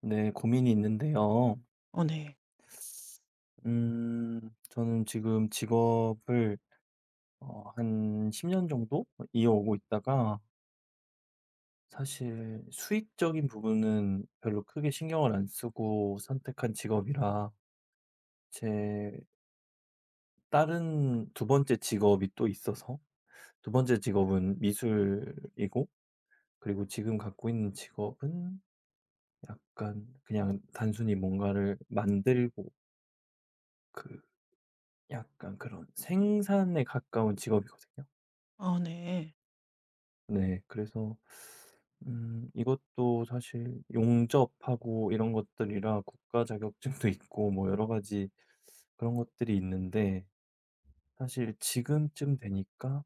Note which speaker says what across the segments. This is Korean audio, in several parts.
Speaker 1: 네, 고민이 있는데요.
Speaker 2: 어 네.
Speaker 1: 음, 저는 지금 직업을 한 10년 정도 이어오고 있다가, 사실 수익적인 부분은 별로 크게 신경을 안 쓰고 선택한 직업이라 제 다른 두 번째 직업이 또 있어서, 두 번째 직업은 미술이고, 그리고 지금 갖고 있는 직업은 약간 그냥 단순히 뭔가를 만들고 그 약간 그런 생산에 가까운 직업이거든요.
Speaker 2: 어 네.
Speaker 1: 네. 그래서 이것도 사실 용접하고 이런 것들이라 국가 자격증도 있고 뭐 여러 가지 그런 것들이 있는데, 사실 지금쯤 되니까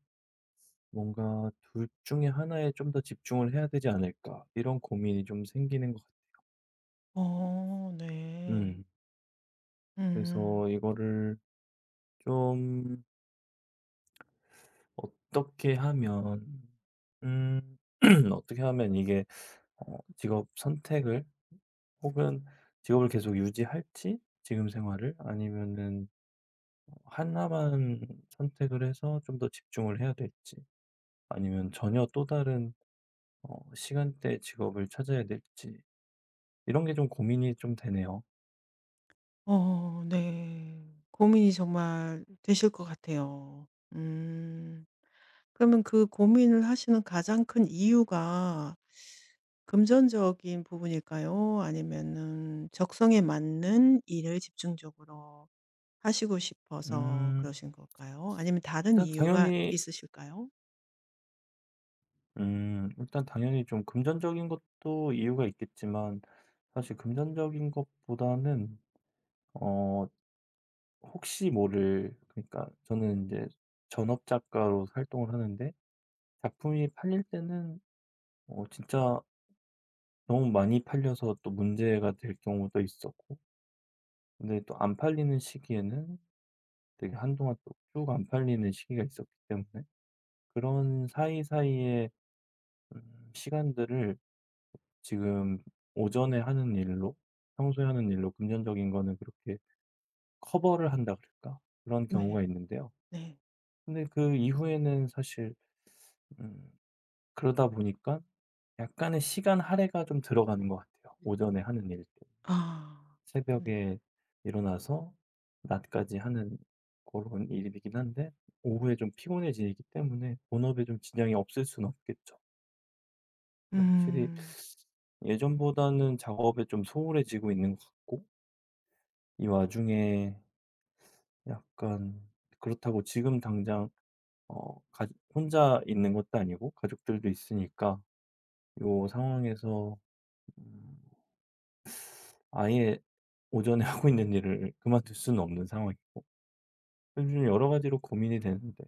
Speaker 1: 뭔가 '둘 중에 하나에 좀 더 집중을 해야 되지 않을까.' 이런 고민이 좀 생기는 것 같
Speaker 2: 어
Speaker 1: 아
Speaker 2: 네. 음.
Speaker 1: 그래서 이거를 좀 어떻게 하면, 음 어떻게 하면 이게 직업 선택을, 혹은 직업을 계속 유지할지 지금 생활을, 아니면은 하나만 선택을 해서 좀 더 집중을 해야 될지, 아니면 전혀 또 다른 어 시간대 직업을 찾아야 될지, 이런 게 좀 고민이 좀 되네요.
Speaker 2: 어 네. 고민이 정말 되실 것 같아요. 음. 그러면 그 고민을 하시는 가장 큰 이유가 금전적인 부분일까요? 아니면은 적성에 맞는 일을 집중적으로 하시고 싶어서
Speaker 1: 음
Speaker 2: 그러신 걸까요? 아니면 다른
Speaker 1: 일단
Speaker 2: 이유가
Speaker 1: 당연히
Speaker 2: 있으실까요?
Speaker 1: 일단 당연히 좀 금전적인 것도 이유가 있겠지만, 사실 금전적인 것보다는 어 혹시 모를, 그러니까 저는 이제 전업 작가로 활동을 하는데 작품이 팔릴 때는 진짜 너무 많이 팔려서 또 문제가 될 경우도 있었고, 근데 또 안 팔리는 시기에는 되게 한동안 또 쭉 안 팔리는 시기가 있었기 때문에, 그런 사이사이의 시간들을 지금 오전에 하는 일로, 평소에 하는 일로 금전적인 거는 그렇게 커버를 한다 그럴까? 그런
Speaker 2: 네.
Speaker 1: 경우가 있는데요.
Speaker 2: 네.
Speaker 1: 근데 그 이후에는 사실, 음 그러다 보니까 약간의 시간 할애가 좀 들어가는 것 같아요, 오전에 하는 일 때.
Speaker 2: 아. 네.
Speaker 1: 새벽에 일어나서 낮까지 하는 그런 일이긴 한데, 오후에 좀 피곤해지기 때문에 본업에 좀 지장이 없을 수는 없겠죠. 근데 확실히
Speaker 2: 음.
Speaker 1: 예전보다는 작업에 좀 소홀해지고 있는 것 같고, 이 와중에 약간, 그렇다고 지금 당장 어 가 혼자 있는 것도 아니고 가족들도 있으니까 요 상황에서 음 아예 오전에 하고 있는 일을 그만둘 수는 없는 상황이고, 요즘 여러 가지로 고민이 되는데,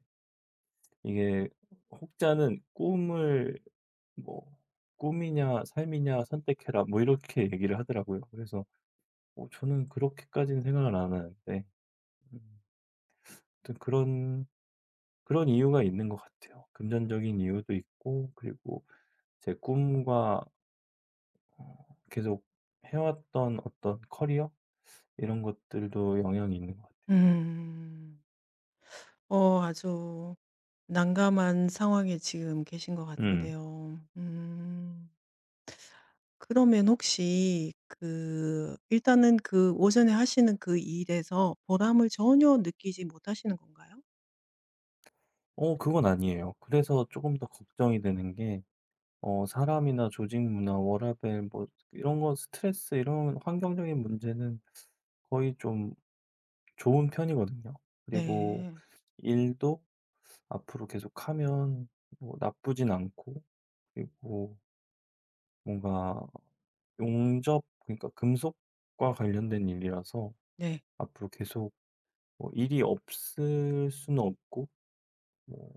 Speaker 1: 이게 혹자는 "꿈을, 뭐 꿈이냐 삶이냐 선택해라." 뭐 이렇게 얘기를 하더라고요. 그래서 저는 그렇게까지는 생각을 안 하는데, 음 아무튼 그런 이유가 있는 것 같아요. 금전적인 이유도 있고, 그리고 제 꿈과 계속 해왔던 어떤 커리어, 이런 것들도 영향이 있는 것 같아요.
Speaker 2: 음. 어 아주 난감한 상황에 지금 계신 것
Speaker 1: 음.
Speaker 2: 같은데요. 음. 그러면 혹시 그 일단은 그 오전에 하시는 그 일에서 보람을 전혀 느끼지 못하시는 건가요?
Speaker 1: 그건 아니에요. 그래서 조금 더 걱정이 되는 게, 사람이나 조직 문화, 워라밸 뭐 이런 거 스트레스 이런 환경적인 문제는 거의 좀 좋은 편이거든요. 그리고
Speaker 2: 네.
Speaker 1: 일도 앞으로 계속하면 뭐 나쁘진 않고, 그리고 뭔가 용접, 그러니까 금속과 관련된 일이라서
Speaker 2: 네.
Speaker 1: 앞으로 계속 뭐 일이 없을 수는 없고, 뭐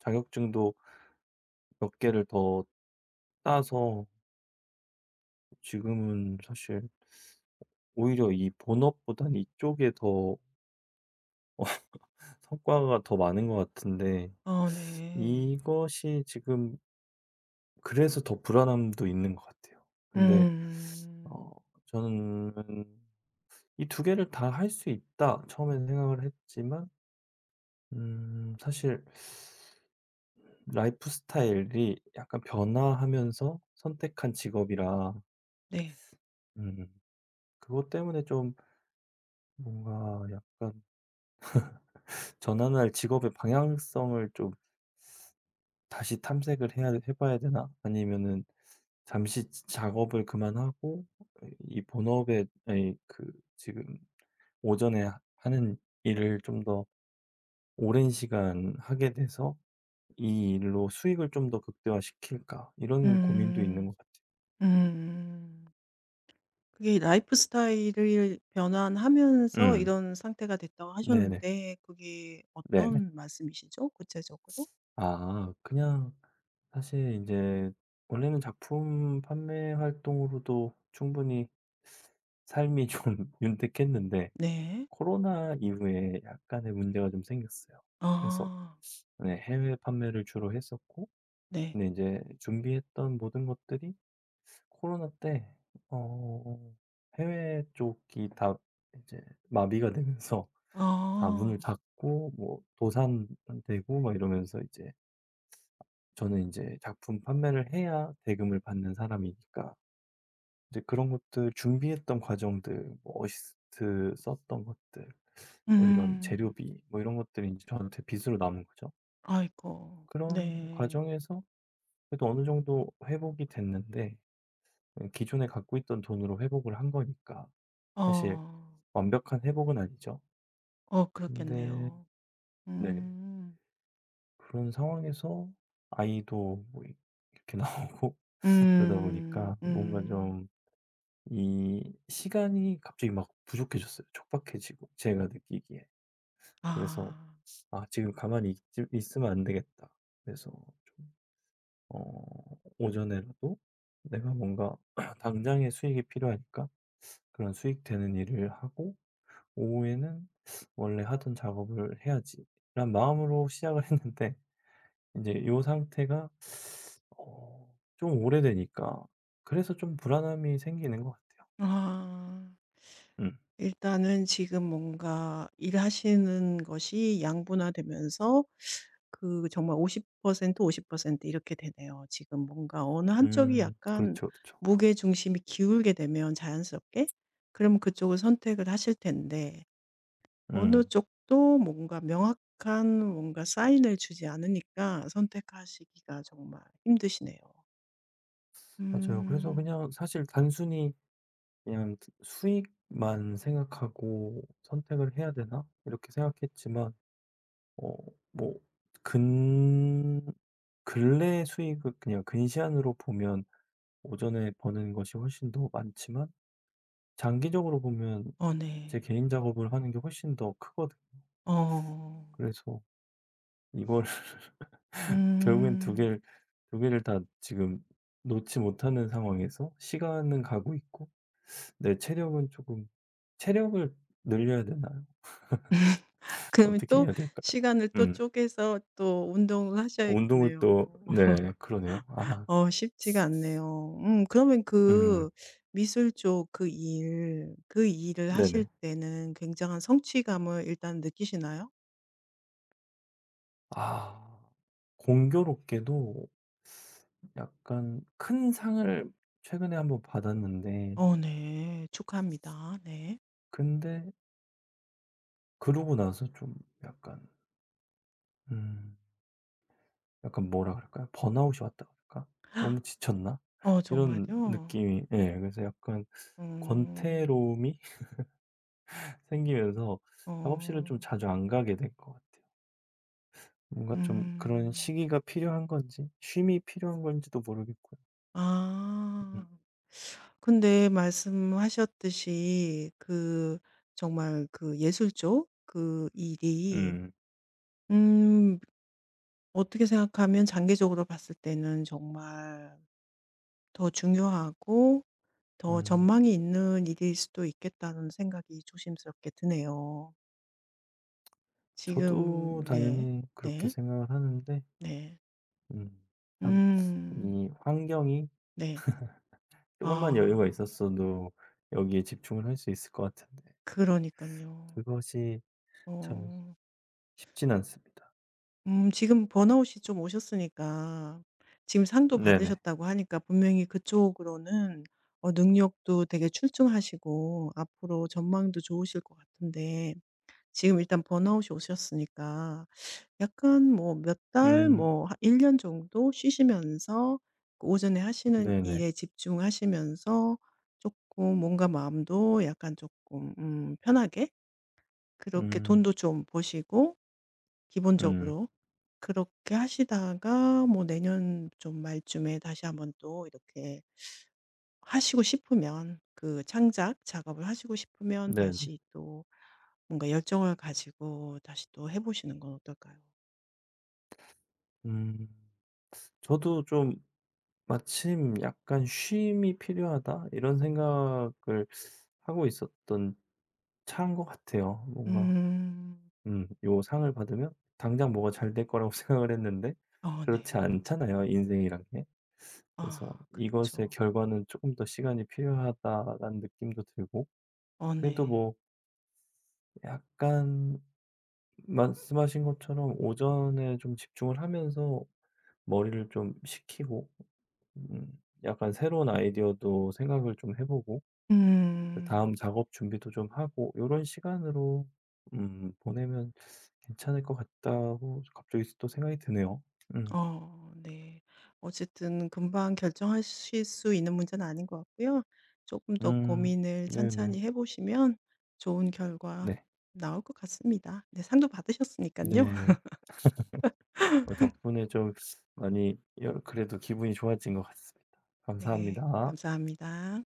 Speaker 1: 자격증도 몇 개를 더 따서 지금은 사실 오히려 이 본업보단 이쪽에 더 성과가 더 많은 것 같은데,
Speaker 2: 어 네.
Speaker 1: 이것이 지금 그래서 더 불안함도 있는 것 같아요. 근데
Speaker 2: 음.
Speaker 1: 저는 '이 두 개를 다 할 수 있다.' 처엔 생각을 했지만, 사실 라이프 스타일이 약간 변화하면서 선택한 직업이라,
Speaker 2: 네.
Speaker 1: 음 그것 때문에 좀 뭔가 약간 전환할 직업의 방향성을 좀 다시 탐색을 해야 해 봐야 되나? 아니면은 잠시 지 작업을 그만하고 이 본업에 아니 그 지금 오전에 하 하는 일을 좀 더 오랜 시간 하게 돼서 이 일로 수익을 좀 더 극대화시킬까? 이런 고민도 있는
Speaker 2: 음.
Speaker 1: 것 같아요.
Speaker 2: 음. 그게 라이프스타일을 변환하면서
Speaker 1: 음.
Speaker 2: 이런 상태가 됐다고
Speaker 1: 네네.
Speaker 2: 하셨는데 그게
Speaker 1: 네네.
Speaker 2: 어떤 말씀이시죠? 구체적으로?
Speaker 1: 아, 그냥 사실 이제 원래는 작품 판매 활동으로도 충분히 삶이 좀 윤택했는데,
Speaker 2: 네.
Speaker 1: 코로나 이후에 약간의 문제가 좀 생겼어요. 그래서
Speaker 2: 아.
Speaker 1: 네, 해외 판매를 주로 했었고,
Speaker 2: 네.
Speaker 1: 근데 이제 준비했던 모든 것들이 코로나 때 어 해외 쪽이 다 이제 마비가 되면서, 다 문을
Speaker 2: 아.
Speaker 1: 닫고 뭐 도산되고 막 이러면서, 이제 저는 이제 작품 판매를 해야 대금을 받는 사람이니까, 이제 그런 것들 준비했던 과정들, 뭐 어시스트 썼던 것들, 뭐 이런
Speaker 2: 음.
Speaker 1: 재료비 뭐 이런 것들이 제 저한테 빚으로 남은 거죠.
Speaker 2: 아이고.
Speaker 1: 그런
Speaker 2: 네.
Speaker 1: 과정에서 그래도 어느 정도 회복이 됐는데, 기존에 갖고 있던 돈으로 회복을 한 거니까 사실
Speaker 2: 어.
Speaker 1: 완벽한 회복은 아니죠.
Speaker 2: 어
Speaker 1: 근데
Speaker 2: 그렇겠네요.
Speaker 1: 네,
Speaker 2: 음.
Speaker 1: 그런 상황에서 아이도 뭐 이 이렇게 나오고, 그러다
Speaker 2: 음.
Speaker 1: 보니까 뭔가
Speaker 2: 음.
Speaker 1: 좀 이 시간이 갑자기 막 부족해졌어요, 촉박해지고 제가 느끼기에. 그래서
Speaker 2: 아.
Speaker 1: '아, 지금 가만히 있 있으면 안 되겠다.' 그래서 어 오전에라도 내가 뭔가 당장의 수익이 필요하니까 그런 수익 되는 일을 하고, 오후에는 '원래 하던 작업을 해야지.'라는 마음으로 시작을 했는데, 이제 요 상태가 어 좀 오래되니까 그래서 좀 불안함이 생기는 것 같아요.
Speaker 2: 아.
Speaker 1: 음.
Speaker 2: 일단은 지금 뭔가 일하시는 것이 양분화되면서 그 정말 50% 50% 이렇게 되네요. 지금 뭔가 어느 한쪽이
Speaker 1: 음.
Speaker 2: 약간
Speaker 1: 그렇죠, 그렇죠.
Speaker 2: 무게 중심이 기울게 되면 자연스럽게 그럼 그쪽을 선택을 하실 텐데 어느
Speaker 1: 음.
Speaker 2: 쪽도 뭔가 명확한 뭔가 사인을 주지 않으니까 선택하시기가 정말 힘드시네요.
Speaker 1: 맞아요. 그래서
Speaker 2: 음.
Speaker 1: 그냥 사실 단순히 그냥 '수익만 생각하고 선택을 해야 되나?' 이렇게 생각했지만, 어 뭐 근 근래 수익을 그냥 근시안으로 보면 오전에 버는 것이 훨씬 더 많지만 장기적으로 보면
Speaker 2: 어
Speaker 1: 제
Speaker 2: 네.
Speaker 1: 개인 작업을 하는 게 훨씬 더 크거든.
Speaker 2: 어.
Speaker 1: 그래서 이걸 결국엔 두
Speaker 2: 음.
Speaker 1: 개를 두 개를 다 지금 놓지 못하는 상황에서 시간은 가고 있고, 내 체력은 조금, 체력을 늘려야 되나요?
Speaker 2: 그러면
Speaker 1: 어떻게
Speaker 2: 또
Speaker 1: 해야 될까요?
Speaker 2: 시간을 또
Speaker 1: 음.
Speaker 2: 쪼개서 또 운동을
Speaker 1: 운동을 또
Speaker 2: 하셔야겠네요.
Speaker 1: 네, 그러네요. 아,
Speaker 2: 어 쉽지가 않네요. 그러면
Speaker 1: 음.
Speaker 2: 그 미술 쪽 그 일 그 일을 하실
Speaker 1: 네네.
Speaker 2: 때는 굉장한 성취감을 일단 느끼시나요?
Speaker 1: 아. 공교롭게도 약간 큰 상을 최근에 한번 받았는데,
Speaker 2: 어 네. 축하합니다. 네.
Speaker 1: 근데 그러고 나서 좀 약간, 음 약간 뭐라 그럴까요? 번아웃이 왔다 그럴까? '너무 지쳤나?'
Speaker 2: 어
Speaker 1: 이런
Speaker 2: 정말요?
Speaker 1: 느낌이, 예. 그래서 약간
Speaker 2: 어.
Speaker 1: 권태로움이 생기면서 작업실을 좀
Speaker 2: 어.
Speaker 1: 자주 안 가게 된 것 같아요. 뭔가 좀 그런
Speaker 2: 음.
Speaker 1: 시기가 필요한 건지 쉼이 필요한 건지도 모르겠고요. 음.
Speaker 2: 아. 근데 말씀하셨듯이 그 정말 그 예술 쪽 그 일이
Speaker 1: 음.
Speaker 2: 음 어떻게 생각하면 장기적으로 봤을 때는 정말 더 중요하고 더
Speaker 1: 음.
Speaker 2: 전망이 있는 일일 수도 있겠다는 생각이 조심스럽게 드네요. 지금
Speaker 1: 저도
Speaker 2: 네.
Speaker 1: 당연히 그렇게
Speaker 2: 네.
Speaker 1: 생각을 하는데,
Speaker 2: 네.
Speaker 1: 음 참
Speaker 2: 음.
Speaker 1: 이 환경이
Speaker 2: 네.
Speaker 1: 조금만 여유가
Speaker 2: 아.
Speaker 1: 있었어도 여기에 집중을 할 수 있을 것 같은데,
Speaker 2: 그러니까요.
Speaker 1: 그것이 참
Speaker 2: 어.
Speaker 1: 쉽진 않습니다.
Speaker 2: 지금 번아웃이 좀 오셨으니까 지금 상도
Speaker 1: 네네.
Speaker 2: 받으셨다고 하니까 분명히 그쪽으로는 어 능력도 되게 출중하시고 앞으로 전망도 좋으실 것 같은데 지금 일단 번아웃이 오셨으니까 약간 뭐 몇 달
Speaker 1: 음
Speaker 2: 뭐일1년 정도 쉬시면서 그 오전에 하시는
Speaker 1: 네네.
Speaker 2: 일에 집중하시면서 조금 뭔가 마음도 약간 조금 편하게 그렇게
Speaker 1: 음
Speaker 2: 돈도 좀 버시고
Speaker 1: 음
Speaker 2: 기본적으로. 그렇게 하시다가 뭐 내년 좀 말쯤에 다시 한번 또 이렇게 하시고 싶으면 그 창작 작업을 하시고 싶으면
Speaker 1: 네네.
Speaker 2: 다시 또 뭔가 열정을 가지고 다시 또 해 보시는 건 어떨까요?
Speaker 1: 음 저도 좀 마침 '약간 쉼이 필요하다.' 이런 생각을 하고 있었던 차인 것 같아요. 뭔가,
Speaker 2: 음.
Speaker 1: 요 상을 받으면 당장 뭐가 잘 될 거라고 생각을 했는데
Speaker 2: 어
Speaker 1: 그렇지
Speaker 2: 네.
Speaker 1: 않잖아요, 인생이란 게. 그래서
Speaker 2: 아
Speaker 1: 이것의
Speaker 2: 그렇죠.
Speaker 1: 결과는 조금 더 시간이 필요하다라는 느낌도 들고,
Speaker 2: 어
Speaker 1: 그래도
Speaker 2: 네.
Speaker 1: 뭐 약간 말씀하신 것처럼 오전에 좀 집중을 하면서 머리를 좀 식히고 약간 새로운 아이디어도 생각을 좀 해 보고, 다음
Speaker 2: 음.
Speaker 1: 작업 준비도 좀 하고 요런 시간으로 보내면 괜찮을 것 같다고 갑자기 또 생각이 드네요. 음.
Speaker 2: 어 네. 어쨌든 금방 결정하실 수 있는 문제는 아닌 것 같고요. 조금 더
Speaker 1: 음.
Speaker 2: 고민을
Speaker 1: 네네.
Speaker 2: 찬찬히 해 보시면 좋은 결과
Speaker 1: 네.
Speaker 2: 나올 것 같습니다. 네 상도 받으셨으니까요.
Speaker 1: 네. 덕분에 좀 많이 여 그래도 기분이 좋아진 것 같습니다.
Speaker 2: 네.
Speaker 1: 감사합니다.
Speaker 2: 감사합니다.